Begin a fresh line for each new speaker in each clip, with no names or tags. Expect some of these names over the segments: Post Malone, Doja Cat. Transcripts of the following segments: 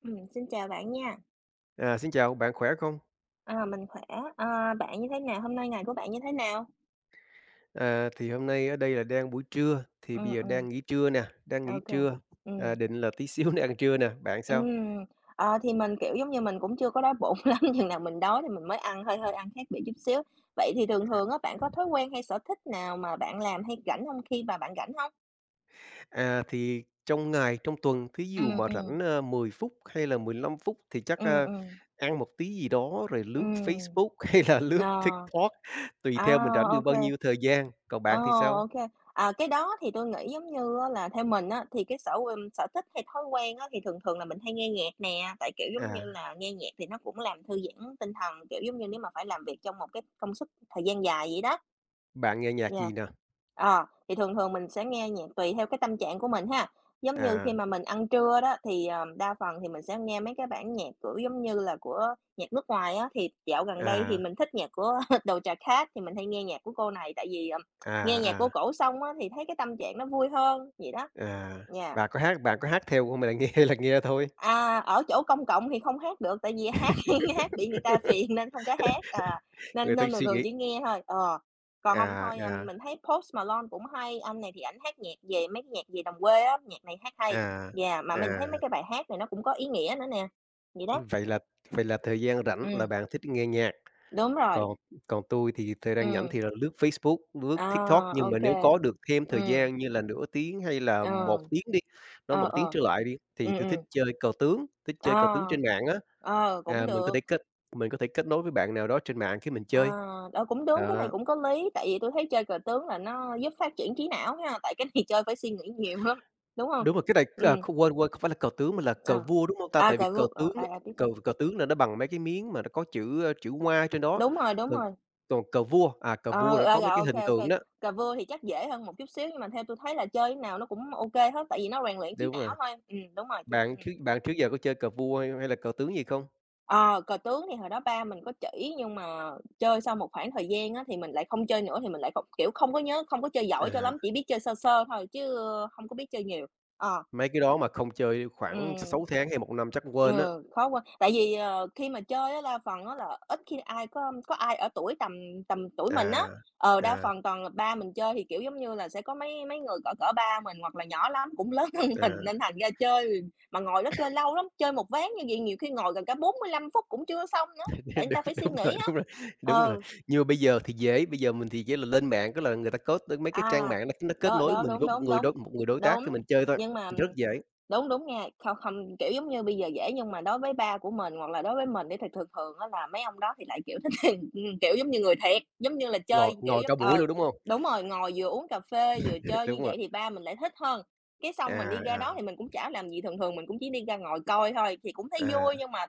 Xin chào bạn nha.
Xin chào, bạn khỏe không?
À, mình khỏe. À, bạn như thế nào? Hôm nay ngày của bạn như thế nào?
Thì hôm nay ở đây là đang buổi trưa, thì bây giờ
Ừm.
đang nghỉ trưa nè, đang
Ô
nghỉ
kê.
trưa,
Ừm,
định là tí xíu nữa ăn trưa nè, bạn sao?
ờ, thì mình, kiểu, giống như mình cũng chưa có đói bụng lắm, chừng nào mình đói thì mình mới ăn, hơi hơi ăn khác biệt chút xíu. Vậy thì thường thường á, bạn có thói quen hay sở thích nào mà bạn làm hay rảnh không khi mà bạn rảnh không?
Thì trong ngày, trong tuần, thí dụ mà
Ừm.
rảnh 10 phút hay là 15 phút thì chắc
Ừm, ừm.
ăn một tí gì đó rồi lướt
Ừm.
Facebook hay là lướt
Ờ.
TikTok, tùy
À.
theo mình rảnh được bao
Ô.
nhiêu thời gian. Còn
Ờ.
bạn thì sao?
Ô. À, cái đó thì tôi nghĩ giống như á là theo mình á, thì sở thích hay thói quen á, thì thường thường là mình hay nghe nhạc nè, tại, kiểu, giống
À,
như là, nghe nhạc thì nó cũng làm thư giãn tinh thần, kiểu, giống như, nếu mà phải làm việc trong một cái công suất thời gian dài vậy đó.
bạn nghe nhạc
Yeah.
gì nè?
Thì thường thường mình sẽ nghe nhạc tùy theo cái tâm trạng của mình ha. Giống như khi
À,
mà mình ăn trưa đó thì, đa phần thì mình sẽ nghe mấy cái bản nhạc, kiểu, giống như là của nhạc nước ngoài á, thì dạo gần đây thì
à,
mình thích nhạc của Doja Cat thì mình hay nghe nhạc của cô này tại vì, nghe nhạc
à,
của
à,
cổ xong á thì thấy cái tâm trạng nó vui hơn vậy đó.
à.
Yeah.
Bạn có hát theo không hay là nghe hay là nghe thôi?
À, ở chỗ công cộng thì không hát được, tại vì hát hát bị người ta phiền nên không có hát, à, nên
Người ta
nên thường
suy
thường
nghĩ
chỉ nghe thôi, ờ. Còn hông
à,
thôi,
à,
mình thấy Post Malone cũng hay, anh này thì ảnh hát nhạc về mấy cái nhạc về đồng quê á, nhạc này hát hay.
à,
Yeah, mà
à,
mình thấy mấy cái bài hát này nó cũng có ý nghĩa nữa nè, vậy đó.
vậy là vậy là thời gian rảnh là
Ừm,
bạn thích nghe nhạc,
đúng rồi.
còn còn tôi thì thời gian rảnh thì
Ừm.
là lướt Facebook, lướt
À,
TikTok, nhưng
ô
mà nếu
kê.
có được thêm thời gian như là nửa tiếng hay là một
Ờ,
tiếng đi, nói
ờ,
một tiếng
ờ.
trở lại đi, thì tôi thích
Ừm.
chơi cờ tướng, thích chơi cờ tướng
Ờ.
trên mạng á.
Ờ, cũng
Mình có
được.
thể kết mình có thể kết nối với bạn nào đó trên mạng khi mình
Ờ,
chơi,
ờ, cũng đúng, cái này
đó.
cũng có lý, tại vì tôi thấy chơi cờ tướng là nó giúp phát triển trí não ha, tại cái này chơi phải suy nghĩ nhiều lắm, đúng không?
Đúng rồi, cái này,
Ừm,
không quên, quên, không phải là cờ tướng mà là cờ
ờ,
vua, đúng hông ta? Tại vì
Cờ
cờ
vua
tướng
ờ, à,
á,
à, tiếp
cờ
thôi.
cờ tướng là nó bằng mấy cái miếng mà nó có chữ, chữ Hoa trên đó,
Đúng
còn
rồi,
còn cờ vua, cờ vua
ờ,
là
à,
có
rồi,
mấy cái
ok
hình
kê,
tượng
ô.
đó.
Cờ vua thì chắc dễ hơn một chút xíu, nhưng mà theo tôi thấy là chơi cái nào nó cũng ok hết, tại vì nó rèn luyện trí
Đúng rồi,
não thôi. Đúng rồi, chính ừm.
bạn trước giờ có chơi cờ vua hay hay là cờ tướng gì không?
Ờ, cờ tướng thì hồi đó ba mình có chỉ, nhưng mà chơi sau một khoảng thời gian á, thì mình lại không chơi nữa, thì mình lại không kiểu, không có nhớ không có chơi giỏi cho
À,
lắm, chỉ biết chơi sơ sơ thôi chứ không có biết chơi nhiều. Ờ.
mấy cái đó mà không chơi khoảng
Ừm.
6 tháng hay một năm chắc quên á.
Ừ, khó quá. Tại vì, khi mà chơi á, đa phần á là ít khi ai có ai ở tuổi tầm tầm tuổi mình á.
À,
Ờ, đa
à,
phần toàn là ba mình chơi thì, kiểu, giống như là, sẽ có mấy mấy người cỡ cỡ ba mình hoặc là nhỏ lắm cũng lớn hơn mình
à.
nên thành ra chơi thì mà ngồi đó chơi lâu lắm, chơi một ván như vậy nhiều khi ngồi gần cả 45 phút cũng chưa xong nữa, tại người
Đúng,
ta phải suy
đúng rồi,
nghĩ á.
đúng rồi, đúng rồi.
Ừ,
Nhưng mà bây giờ thì dễ, bây giờ mình thì chỉ là lên mạng, tức là người ta code tới mấy cái trang
à,
mạng nó kết
đó,
nối
đó,
mình
đúng,
với
đúng, đúng,
một người đối tác, cái mình
đúng.
chơi thôi,
Nhưng mà
rất dễ,
đúng, đúng nha, không không, kiểu, giống như bây giờ dễ nhưng mà đối với ba của mình hoặc là đối với mình đi thì thường thường á là mấy ông đó thì lại, kiểu, thích tiền, kiểu, giống như người thiệt, giống như là
ngồi
chơi, kiểu,
ngồi
giống
cả buổi
ờ,
luôn, đúng không?
đúng rồi, ngồi vừa uống cà phê vừa chơi như
Đúng
vậy
rồi.
thì ba mình lại thích hơn. Cái xong mình
À,
đi ra đó
à,
thì mình cũng chả làm gì, thường thường mình cũng chỉ đi ra ngồi coi thôi, thì cũng thấy
à,
vui nhưng mà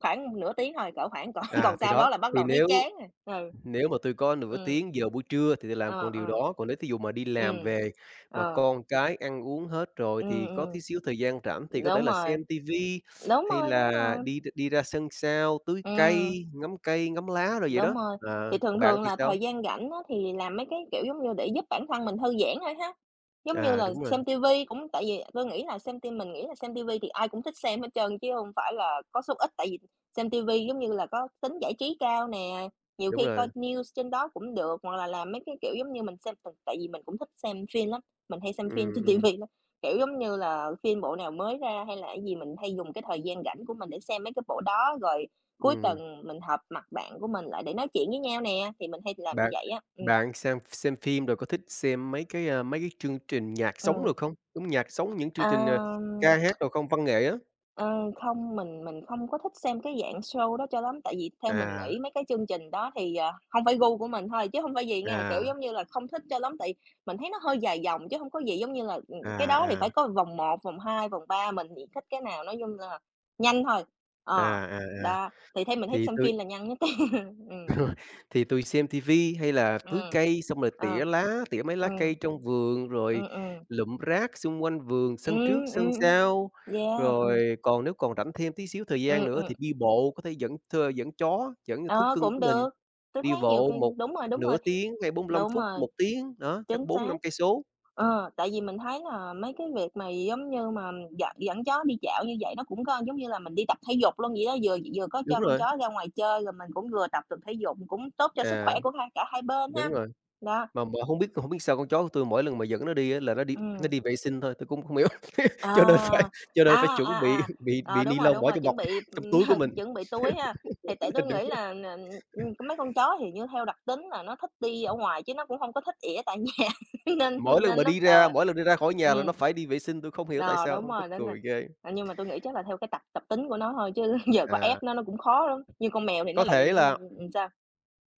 khoảng nửa tiếng thôi, cỡ khoảng còn còn
thì
sau
đó,
đó là bắt
thì
đầu thấy
nếu
chán rồi, ừ.
Nếu mà tôi có nửa
Ừm.
tiếng, giờ buổi trưa thì tôi làm
Ờ,
còn điều
ờ.
đó, còn nếu thí dụ mà đi làm
Ừm.
về mà
Ờ,
con cái ăn uống hết rồi
ừm,
thì có tí
ừm,
xíu thời gian rảnh thì có thể
đúng
là
rồi.
xem ti vi
Đúng
hay
rồi, đúng
là
rồi,
đi đi ra sân sau tưới
ừm,
cây, ngắm lá rồi vậy
đúng
đó.
rồi. Thì
Còn
thường
bạn
thường
thì
là
sao?
thời gian rảnh á, thì làm mấy cái, kiểu, giống như, để giúp bản thân mình thư giãn thôi ha. Giống như là
Đúng rồi,
xem ti vi cũng tại vì tôi nghĩ là xem ti mình nghĩ là xem ti vi thì ai cũng thích xem hết trơn chứ hông phải là có số ít, tại vì xem ti vi, giống như là, có tính giải trí cao nè, nhiều
đúng
khi
rồi.
coi news trên đó cũng được, hoặc là làm mấy cái, kiểu, giống như, mình xem t tại vì mình cũng thích xem phim lắm, mình hay xem phim
Ừm,
trên ti
ừm,
vi lắm. Kiểu, giống như là, phim bộ nào mới ra hay là cái gì mình hay dùng cái thời gian rảnh của mình để xem mấy cái bộ đó rồi. Cuối
ừm.
tuần mình họp mặt bạn của mình lại để nói chuyện với nhau nè, thì mình hay làm như
Bạn
vậy á.
bạn xem phim rồi có thích xem mấy cái, mấy cái chương trình nhạc sống
Ừm.
được không? Đúng, nhạc sống, những chương trình,
Ờm,
ca hát rồi không? Văn nghệ á?
ờ, không, mình không có thích xem cái dạng show đó cho lắm, tại vì theo mình
À,
nghĩ mấy cái chương trình đó thì, hông phải gu của mình thôi, chứ không phải gì nghe, kiểu,
à,
giống như là, không thích cho lắm, tại mình thấy nó hơi dài dòng chứ không có gì, giống như là, cái đó thì
à, à.
phải có vòng một vòng 2 vòng 3 mình thì thích cái nào nói chung là nhanh thôi. Ờ,
À, à, à,
đó, thì theo mình thích
thì
xem
tui
phim là nhanh nhất. Ừm,
thì tui xem ti vi hay là tưới
ừ,
cây, xong rồi tỉa
ừ,
lá, tỉa mấy
ừ,
lá cây trong vườn, rồi
ừm, ừm.
lụm rác xung quanh vườn, sân trước
Ừm,
sân
ừm,
sau.
yeah,
Rồi còn nếu còn rảnh thêm tí xíu thời gian
ừm,
nữa
ừm,
thì đi bộ, có thể dẫn thơ dẫn chó, dẫn thú
ờ,
cưng
cũng
của mình
được. Tui
đi
thấy nhiều
bộ
khi
một
đúng rồi, đúng
nửa
rồi,
tiếng hay bốn lăm
đúng
phút,
rồi,
một tiếng, đó, chắc
chính
bốn
xác.
năm cây số.
Ờ, tại vì mình thấy là mấy cái việc mà giống như mà dẫn dẫn chó đi dạo như vậy nó cũng có giống như là mình đi tập thể dục luôn vậy đó, vừa vừa có
Đúng
cho con
rồi,
chó ra ngoài chơi rồi mình cũng vừa tập được thể dục, cũng tốt cho sức
à,
khỏe của cả hai bên ha.
đúng rồi.
Đó,
Mà hông biết hổng biết sao con chó của tui mỗi lần mà dẫn nó đi á là nó
ừm.
đi vệ sinh thôi, tui cũng không hiểu,
À,
cho nên phải cho nên phải
à, à,
chuẩn bị
à, ờ,
ni lông
đúng
bỏ
rồi,
trong bọc,
chuẩn bị,
trong túi của mình.
chuẩn bị túi ha. Thì tại tôi
Đúng,
nghĩ
rồi.
là n mấy con chó thì như theo đặc tính là nó thích đi ở ngoài chứ nó cũng không có thích ỉa tại nhà, nên
Mỗi lần mà
nên nó
đi ra
ờ,
mỗi lần đi ra khỏi nhà là nó
ừm,
phải đi vệ sinh, tui không hiểu tại
ờ,
sao,
đúng
mắc
rồi, đúng rồi.
cười ghê.
Ờ, nhưng mà tôi nghĩ chắc là theo cái tập tập tính của nó thôi chứ giờ có
À,
ép nó cũng khó lắm, như con mèo thì
có
nó lại
thể là
định sao?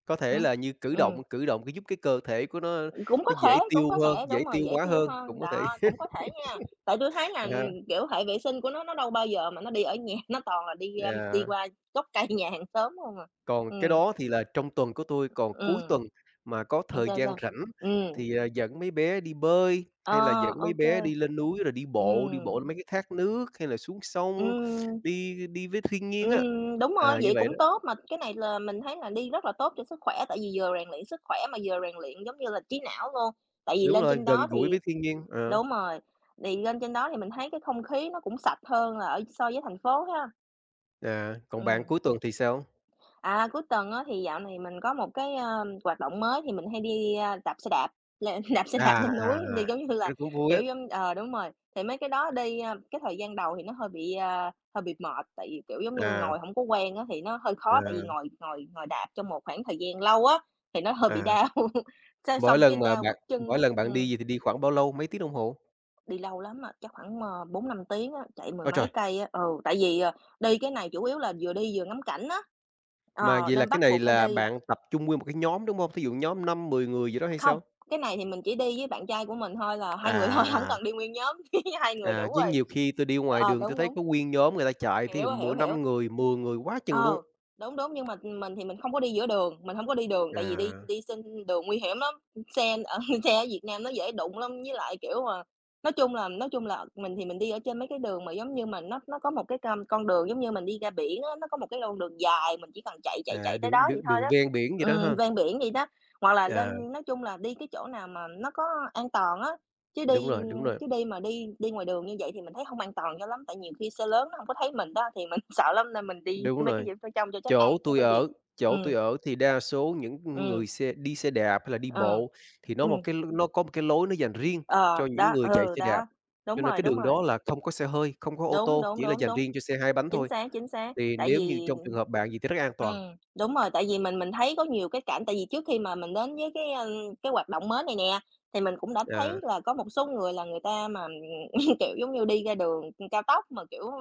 có thể
Hửm?
là như cử
Ừm.
động cử động cái giúp cái cơ thể của nó dễ
Cũng
tiêu
có
hơn,
thể,
dễ
đúng rồi,
tiêu
dễ
hóa
tiêu
hơn, cũng
hơn,
có
đó,
thể.
cũng có thể nha. Tại tui thấy là,
À,
kiểu, hệ vệ sinh của nó đâu bao giờ mà nó đi ở nhà, nó toàn là đi, đi
yeah.
qua gốc cây nhà hàng xóm hông à.
Còn cái
Ừm,
đó thì là trong tuần của tôi, còn cuối
ừm,
tuần mà có thời
sao,
gian
sao?
rảnh
Ừm,
thì, dẫn mấy bé đi bơi,
ờ,
hay là dẫn
ô
mấy
kê,
bé đi lên núi rồi đi bộ lên
ừm,
mấy cái thác nước, hay là xuống sông,
ừm,
đi đi với thiên nhiên á.
đúng rồi,
Như
vậy
vậy đó,
cũng tốt mà cái này là mình thấy là đi rất là tốt cho sức khỏe, tại vì vừa rèn luyện sức khỏe mà vừa rèn luyện giống như là trí não luôn. Tại vì
đúng
lên
rồi,
trên
gần
đó
gũi với
thì
thiên nhiên, ờ,
đúng rồi, thì lên trên đó thì mình thấy cái không khí nó cũng sạch hơn là ở so với thành phố ha.
à, còn bạn
Ừm.
cuối tuần thì sao?
À, cuối tuần á thì dạo này mình có một cái, hoạt động mới thì mình hay đi, đạp xe đạp, lên đạp xe
À,
đạp lên
à,
núi, đi, giống như
cái
là,
đó cũng vui á,
kiểu, giống ờ, đúng rồi, thì mấy cái đó đi, cái thời gian đầu thì nó hơi bị, hơi bị mệt, tại vì, kiểu, giống như,
à,
ngồi không có quen á thì nó hơi khó, tại
à,
vì ngồi ngồi ngồi đạp trong một khoảng thời gian lâu á thì nó hơi bị
à,
đau, cái
mỗi
xong cái
lần mà
đau
bạn
bắp chân
mỗi
đó,
lần bạn
ừm.
đi gì thì đi khoảng bao lâu, mấy tiếng đồng hồ?
Đi lâu lắm á, chắc khoảng, 4 5 tiếng á, chạy mười
Ôi
mấy
trời!
cây á. Ừ, tại vì, đi cái này chủ yếu là vừa đi vừa ngắm cảnh á,
Mà
ờ,
vậy là
nên
cái
bắt
này
buộc phải
là
đi.
bạn tập trung nguyên một cái nhóm, đúng hông? Thí dụ nhóm 5, 10 người gì đó hay
Không,
sao?
cái này thì mình chỉ đi với bạn trai của mình thôi là hai người thôi, không
À, à,
cần đi nguyên nhóm, hai người đủ
chứ
rồi.
nhiều khi tôi đi ngoài
Ờ,
đường tôi
đúng,
thấy
đúng,
có nguyên nhóm người ta chạy, thí dụ
hiểu,
mỗi
hiểu, hiểu.
5 người, 10 người quá chừng luôn.
Ờ, đúng, đúng, nhưng mà mình thì mình không có đi giữa đường, mình hổng có đi đường, tại vì đi
À,
đi trên đường nguy hiểm lắm, xe ở xe ở Việt Nam nó dễ đụng lắm. Với lại, kiểu, mà nói chung là mình thì mình đi ở trên mấy cái đường mà giống như mà nó có một cái con đường giống như mình đi ra biển á, nó có một cái con đường dài, mình chỉ cần chạy, chạy, chạy tới
đường
đó vậy
đường
thôi
đường
đó.
ven biển vậy đó ha?
Ven biển vậy đó, hoặc là
À,
lên nói chung là đi cái chỗ nào mà nó có an toàn á, chứ
đúng
đi
rồi, đúng rồi,
Chứ đi mà đi đi ngoài đường như vậy thì mình thấy không an toàn cho lắm, tại nhiều khi xe lớn nó hông có thấy mình đó, thì mình sợ lắm nên mình đi
đúng
mấy cái
rồi.
gì vỉa trong cho chắc ăn
Chỗ
chứ
tui
có gì.
ở
Ừ,
chỗ tui ở thì đa số những
ừm,
người xe đi xe đạp hay là đi
ờ,
bộ thì nó một
ừm,
cái l nó có một cái lối nó dành riêng
ờ,
cho những
đó,
người chạy
ừ,
xe đạp,
đó, đúng
cho nên
rồi,
cái
đúng
đường
rồi,
đó là không có xe hơi, không có ô
đúng,
tô,
đúng,
chỉ là
đúng,
dành
đúng,
riêng cho xe hai bánh
chính
thôi.
xác, chính xác.
Thì
Tại
nếu như
vì
trong trường hợp bạn vậy thì rất an
ừ,
toàn.
đúng rồi, tại vì mình thấy có nhiều cái cảnh, tại vì trước khi mà mình đến với cái, cái hoạt động mới này nè, thì mình cũng đã
À,
thấy là có một số người là người ta mà kiểu, giống như, đi ra đường cao tốc mà, kiểu,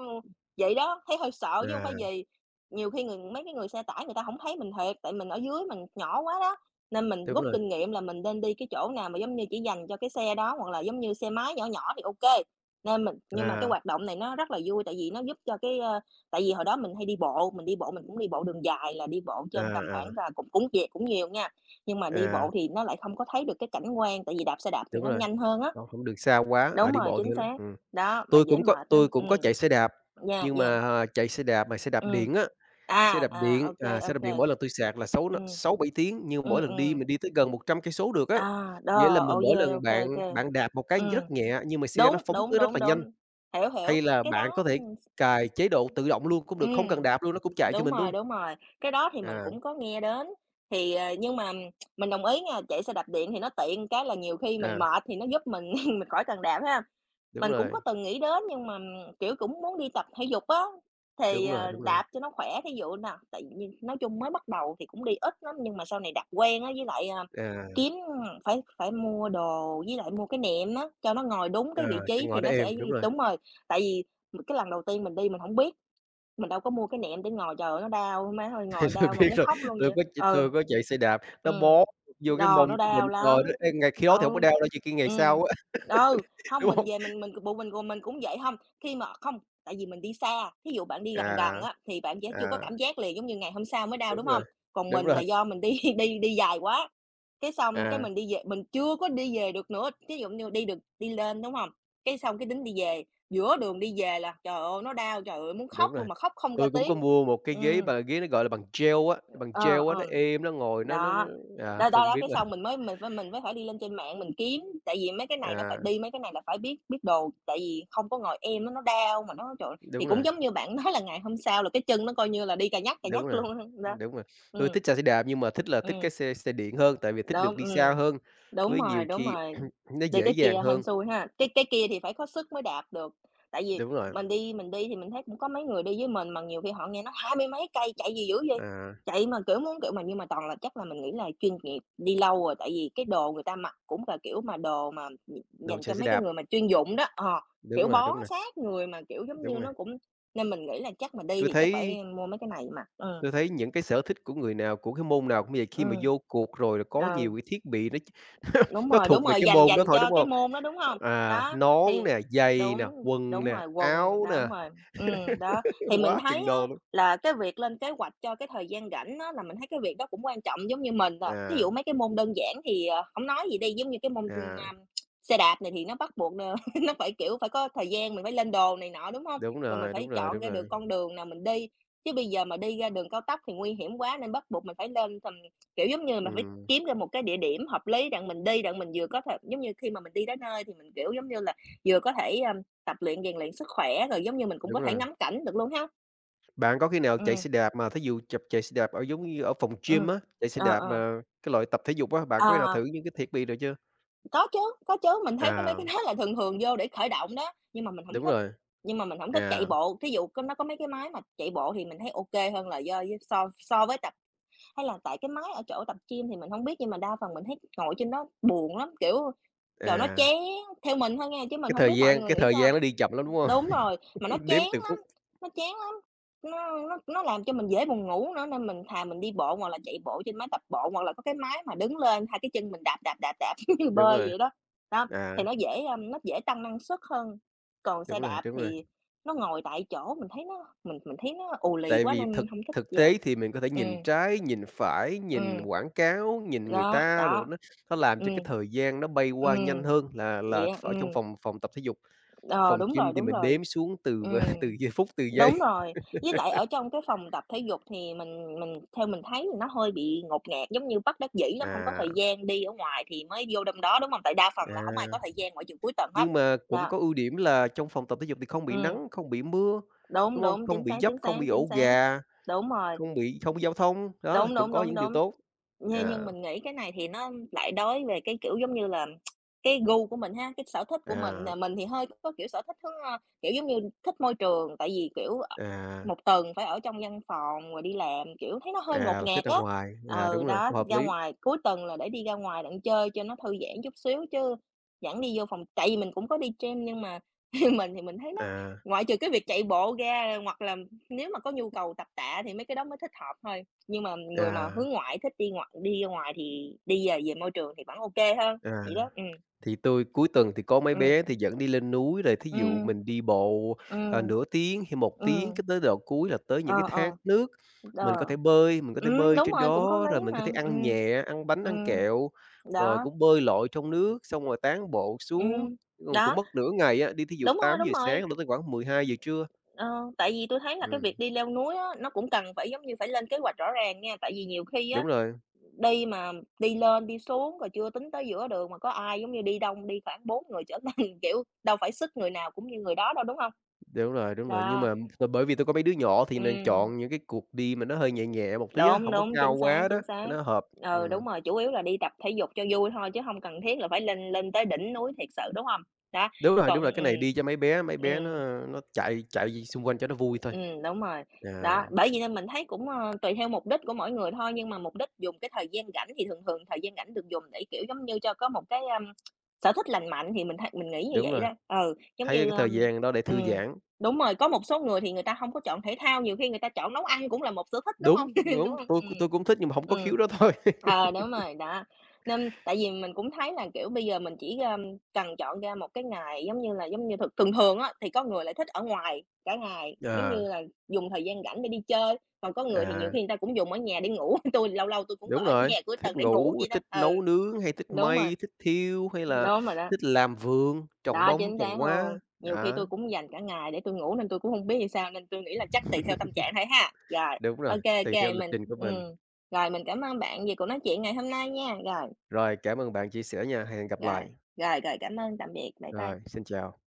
vậy đó, thấy hơi sợ chứ hông phải
à,
gì. Nhiều khi người mấy cái người xe tải người ta không thấy mình thiệt, tại mình ở dưới mình nhỏ quá đó, nên mình
đúng
rút
rồi,
kinh nghiệm là mình nên đi cái chỗ nào mà, giống như, chỉ dành cho cái xe đó hoặc là, giống như, xe máy nhỏ nhỏ thì ok. Nên mình nhưng mà cái
à,
hoạt động này nó rất là vui, tại vì nó giúp cho cái, tại vì hồi đó mình hay đi bộ mình cũng đi bộ đường dài là đi bộ
à,
trên tầm
à,
khoảng là cũng cũng về cũng nhiều nha, nhưng mà đi
à,
bộ thì nó lại không có thấy được cái cảnh quan, tại vì đạp xe đạp thì
đúng
nó
rồi,
nhanh hơn á.
đó, không được xa quá, à,
Đúng
đi
rồi,
bộ thì
chính
nó
xác.
ừm.
Đó, mà dễ mệt
Tôi
lắm.
cũng có chạy xe đạp,
Yeah,
nhưng
yeah,
mà, chạy xe đạp mà xe đạp
ừm.
điện á,
À,
xe đạp
à,
điện,
ok, kê,
xe
ô
đạp điện
kê.
mỗi lần tôi sạc là sáu nó
Ừm,
6 7 tiếng, nhưng mỗi lần đi mình đi tới gần 100 cây số được á.
à, đó,
Nghĩa là mình
ô kê,
mỗi
ô
lần bạn
kê, ô
bạn đạp một cái rất nhẹ nhưng mà xe
đúng,
nó phóng
đúng,
tới rất
đúng,
là
đúng.
nhanh,
Hiểu, hiểu,
hay là
cái
bạn
đó,
có thể
ừm.
cài chế độ tự động luôn cũng được, không cần đạp luôn, nó cũng chạy cho mình luôn.
Đúng rồi, cái đó thì mình
À,
cũng có nghe đến, thì, ờ, nhưng mà mình đồng ý nha, chạy xe đạp điện thì nó tiện cái là nhiều khi mình
à,
mệt thì nó giúp mình mình khỏi cần đạp ha.
đúng
Mình cũng có
rồi.
từng nghĩ đến nhưng mà, kiểu, cũng muốn đi tập thể dục á, thì,
Đúng rồi,
ờ,
đúng rồi.
đạp cho nó khỏe, thí dụ nà tại vì nói chung mới bắt đầu thì cũng đi ít lắm, nhưng mà sau này đạp quen á, với lại, à,
À,
kiếm phải phải mua đồ với lại mua cái nệm á, cho nó ngồi đúng cái vị
cho
trí
ngồi
thì
đó
nó
êm,
sẽ
đúng rồi.
đúng rồi, tại vì cái lần đầu tiên mình đi mình không biết mình đâu có mua cái nệm để ngồi, trời ơi, nó đau, má ơi, ngồi
Tôi
đau mà
biết
muốn
rồi,
khóc luôn
tôi
vậy.
có ch
Ừ.
tôi có chạy xe đạp, nó
Ừm.
bó vô cái
Đồ nó
mông của mình,
đau
trời
lắm.
đất ơi, ngày khi đó thì không
Ừ.
có đau đâu, chỉ khi ngày sau
Ừm.
á,
Ừ, hông,
đúng
mình
hông?
về mình bộ mình gồm mình cũng vậy hông, khi mà không, tại vì mình đi xa, thí dụ bạn đi gần gần
À,
á, thì bạn sẽ chưa có
à,
cảm giác liền, giống như, ngày hôm sau mới đau,
đúng
đúng hông?
rồi,
Còn
đúng
mình là
rồi,
do mình đi đi đi dài quá, cái xong cái
à,
mình đi về mình chưa có đi về được nữa, thí dụ như đi được đi lên, đúng hông? Cái xong cái tính đi về. Giữa đường đi về là, trời ơi, nó đau, trời ơi, muốn khóc
đúng rồi.
luôn mà khóc không ra
Tôi cũng có
tiếng.
mua một cái ghế
Ừm,
mà ghế nó, gọi là, bằng gel
ờ,
á, nó
ờ,
êm, nó ngồi nó nó
đó,
nó à,
đó,
tôi
đó,
cũng
đó,
biết
cái xong
mà.
mình mới mình phải mình mới phải đi lên trên mạng mình kiếm, tại vì mấy cái này nó phải
À,
đi mấy cái này là phải biết biết đồ, tại vì không có ngồi em á, nó đau mà nó trời ơi, thì
đúng
cũng
rồi,
giống như bạn nói là ngày hôm sau là cái chân nó coi như là đi cà
đúng
nhắc
rồi,
luôn đó.
đúng rồi. Tôi
Ừm.
thích chạy xe đạp nhưng mà thích là thích
Ừm.
cái xe xe điện hơn, tại vì thích được
Đúng,
đi xa
ừm.
hơn,
Đúng
với nhiều
rồi, đúng
khi
rồi.
nó
Đi
dễ
cái
dàng
kia hên
hơn.
xui ha. Cái kia thì phải có sức mới đạp được, tại vì
Đúng rồi,
mình đi thì mình thấy cũng có mấy người đi với mình mà nhiều khi họ nghe nói hai mươi mấy cây chạy gì dữ vậy,
à,
chạy mà, kiểu, muốn, kiểu, mà nhưng mà toàn là chắc là mình nghĩ là chuyên nghiệp, đi lâu rồi, tại vì cái đồ người ta mặc cũng là, kiểu, mà đồ mà
đậu
dành
chạy
cho
xe
mấy cái
đạp,
người mà chuyên dụng đó, ờ,
đúng
kiểu,
rồi,
bó
đúng rồi,
sát người mà, kiểu, giống
đúng
như,
rồi.
nó cũng nên mình nghĩ là chắc mà đi
Tôi
thì chắc
thấy
phải mua mấy cái này mặc.
tôi thấy những cái sở thích của người nào, của cái môn nào cũng vậy, khi mà vô cuộc rồi là
Ừ.
có nhiều
Ờ.
cái thiết bị nó nó
Đúng
thuộc về
rồi,
cái
dành
môn đó
dành
thôi, đúng
cho cái
không?
môn đó, đúng hông? Đó,
Nón
thì
nè, giày nè,
đúng,
quần
đúng
nè,
rồi, quần
áo nè,
đúng rồi, đó. Thì mình
quá
thấy
chừng
á
đồ luôn.
là cái việc lên kế hoạch cho cái thời gian rảnh á là mình thấy cái việc đó cũng quan trọng giống như mình à. Thí
À,
dụ mấy cái môn đơn giản thì, ờ, hổng nói gì đi, giống như cái môn,
à,
a, xe đạp này thì nó bắt buộc nó phải, kiểu, phải có thời gian, mình phải lên đồ này nọ, đúng hông?
đúng
Rồi mình
rồi, đúng
phải
rồi,
chọn
đúng
ra được
rồi,
con đường nào mình đi, chứ bây giờ mà đi ra đường cao tốc thì nguy hiểm quá nên bắt buộc mình phải lên tầm kiểu, giống như, mình phải
ừm,
kiếm ra một cái địa điểm hợp lý đặng mình đi, đặng mình vừa có thể giống như khi mà mình đi đến nơi thì mình, kiểu, giống như là, vừa có thể, tập luyện, rèn luyện sức khỏe, rồi, giống như, mình cũng
đúng
có thể
rồi.
ngắm cảnh được luôn ha.
Bạn có khi nào chạy
Ừ,
xe đạp mà thí dụ chập chạy xe đạp ở giống như ở phòng gym
ừ,
á, chạy xe
ờ,
đạp
ờ.
mà cái loại tập thể dục á, bạn có khi nào
Ờ,
thử những cái thiết bị rồi chưa?
có chứ, có chứ, mình thấy cái mấy
À,
cái đó là thường thường vô để khởi động đó, nhưng mà mình không
đúng
thích,
rồi.
nhưng mà mình không thích chạy
À,
bộ. Thí dụ có nó có mấy cái máy mà chạy bộ thì mình thấy ok hơn là do so so với tập. Hay là tại cái máy ở chỗ tập gym thì mình không biết nhưng mà đa phần mình thấy ngồi trên đó buồn lắm, kiểu, trời, nó
à,
chán theo mình thôi nghe, chứ mình không biết mọi người
cái
nghĩ
thời
sao.
gian nó đi chậm lắm, đúng hông?
Đúng rồi, mà nó
Đếm
chán
từng
lắm,
phút,
nó chán lắm, nó làm cho mình dễ buồn ngủ nữa nên mình thà mình đi bộ hoặc là chạy bộ trên máy tập bộ, hoặc là có cái máy mà đứng lên, hai cái chân mình đạp, đạp, đạp, đạp như
đúng
bơi
rồi,
vậy đó. Đó, thì
à,
nó dễ, ưm, nó dễ tăng năng suất hơn. Còn
đúng
xe
rồi,
đạp
đúng rồi.
thì nó ngồi tại chỗ, mình thấy nó mình thấy nó ù lì
Tại
quá
vì
nên
thực
không thích
thực
giờ.
tế thì mình có thể
Ừ,
nhìn trái, nhìn phải, nhìn
ừ,
quảng cáo, nhìn người
đó,
ta đồ
đó.
nó làm cho cái
Ừm.
thời gian nó bay qua nhanh
Ừm,
hơn là
vậy á,
ở trong phòng phòng tập thể dục.
ờ,
Phòng
đúng
gym
rồi,
thì
đúng
mình
rồi.
đếm xuống từ v từ
Ừm,
giây phút, từ giây.
đúng rồi, với lại ở trong cái phòng tập thể dục thì mình theo mình thấy thì nó hơi bị ngột ngạt, giống như bất đắc dĩ lắm, hông có
À,
thời gian, đi ở ngoài thì mới vô trong đó, đúng hông? Tại đa phần là hổng ai
à,
có thời gian ngoại trừ cuối tuần hết.
nhưng mà cũng
Đó,
có ưu điểm là trong phòng tập thể dục thì không bị
ừm,
nắng, không bị mưa,
đúng,
đúng hông?
đúng,
Không
chính
bị
xác,
dấp,
chính xác,
không bị
chính
ổ
xác.
gà.
Đúng rồi,
Không bị giao thông, đó,
đúng,
cũng
đúng,
có
đúng,
những điều
đúng.
tốt. À,
Nhưng mình nghĩ cái này thì nó lại đối về cái, kiểu, giống như là, cái gu của mình ha, cái sở thích của mình,
à,
là mình thì hơi có, kiểu, sở thích hướng, kiểu, giống như, thích môi trường, tại vì, kiểu, ờ,
à,
1 tuần phải ở trong văn phòng rồi đi làm, kiểu, thấy nó hơi ngột
là thích
ngạt
ra
á.
ngoài, à,
Ừ,
đúng rồi,
đó,
hợp
ra
lý.
ngoài cuối tuần là để đi ra ngoài đặng chơi cho nó thư giãn chút xíu chứ dẫn đi vô phòng tại vì mình cũng có đi gym nhưng mà mình thì mình thấy nó
À,
ngoại trừ cái việc chạy bộ ra hoặc là nếu mà có nhu cầu tập tạ thì mấy cái đó mới thích hợp thôi. Nhưng mà người mà
à,
hướng ngoại thích đi ngoại đi ra ngoài thì đi về về môi trường thì vẫn ok hơn,
à,
vậy đó.
thì tôi cuối tuần thì có mấy
Ừm,
bé thì dẫn đi lên núi rồi thí dụ
ừm,
mình đi bộ, ờ,
ừm,
nửa tiếng hay một tiếng,
ừm,
cái tới đoạn cuối là tới những cái
ờ,
thác
ờ,
nước, mình có thể
ờ,
bơi, mình có thể bơi
đúng
trên
rồi, cũng có
đó, rồi
lý
mình có
mà,
thể ăn nhẹ, ăn bánh, ăn
Ừm,
kẹo, rồi
đó,
cũng bơi lội trong nước, xong rồi tán bộ
ừm,
xuống, còn cũng
đó,
mất nửa ngày á, đi thí dụ
đúng rồi,
tám
đúng
giờ
rồi.
sáng là tới khoảng 12 giờ trưa.
Ờ, tại vì tôi thấy là cái việc
Ừm.
đi leo núi á, nó cũng cần phải, giống như, phải lên kế hoạch rõ ràng nha, tại vì nhiều khi á,
Đúng rồi,
đi mà đi lên đi xuống rồi chưa tính tới giữa đường mà có ai, giống như, đi đông đi khoảng 4 người trở lên, kiểu, đâu phải sức người nào cũng như người đó đâu, đúng không?
đúng rồi, đúng rồi, nhưng
Đó,
mà t bởi vì tôi có mấy đứa nhỏ thì nên
ừm,
chọn những cái cuộc đi mà nó hơi nhẹ nhẹ một tí á,
đúng,
không có
đúng,
cao
chính xác,
quá đó,
chính
cho
xác.
nó hợp.
Ừ,
Ừm,
đúng rồi, chủ yếu là đi tập thể dục cho vui thôi chứ hông cần thiết là phải lên lên tới đỉnh núi thiệt sự, đúng hông? Đó,
đúng
còn
rồi, cái này đi cho mấy bé
ừm.
nó chạy chạy xung quanh cho nó vui thôi.
Đúng rồi.
À,
Đó, bởi vì nên mình thấy cũng, ơ, tùy theo mục đích của mỗi người thôi, nhưng mà mục đích dùng cái thời gian rảnh thì thường thường thời gian rảnh được dùng để, kiểu, giống như, cho có một cái, ơm, sở thích lành mạnh thì mình thấy mình nghĩ như
đúng
vậy
rồi,
đó. Ừ, giống
thấy
như,
cái thời
ơm
gian đó để thư
ừm,
giãn.
đúng rồi, có một số người thì người ta không có chọn thể thao, nhiều khi người ta chọn nấu ăn cũng là một sở thích, đúng không?
Đúng,
Đúng
đúng,
không? Ừm.
tôi cũng thích nhưng mà không có khiếu
Ừm.
đó thôi.
Ờ, đúng rồi, đó. Nên tại vì mình cũng thấy là, kiểu, bây giờ mình chỉ, ơm, cần chọn ra một cái ngày, giống như là, giống như, thường thường thường á thì có người lại thích ở ngoài, cả ngày, giống
Ờ,
như là dùng thời gian rảnh để đi chơi, còn có người thì nhiều
à,
khi người ta cũng dùng ở nhà để ngủ, tôi lâu lâu tôi cũng có
đúng
ở
rồi,
nhà cuối
thích
tuần để ngủ
ngủ,
vậy đó.
thích
Ừ,
nấu nướng hay thích
đúng rồi,
may, thích thiêu hay là
đúng rồi đó.
thích làm vườn, trồng
Đó,
bông,
chính
trồng
xác
hoa,
luôn. Nhiều khi
đó,
tôi cũng dành cả ngày để tôi ngủ nên tôi cũng không biết làm sao, nên tôi nghĩ là chắc tùy theo tâm trạng thôi ha. Rồi,
đúng rồi,
ok
tùy theo
kê,
lịch
mình
trình của mình.
ừm, rồi, mình cảm ơn bạn vì cuộc nói chuyện ngày hôm nay nha. Rồi,
Rồi, cảm ơn bạn chia sẻ nha, hẹn gặp
rồi,
lại.
rồi, cảm ơn, tạm biệt, bye bye.
Rồi, xin chào.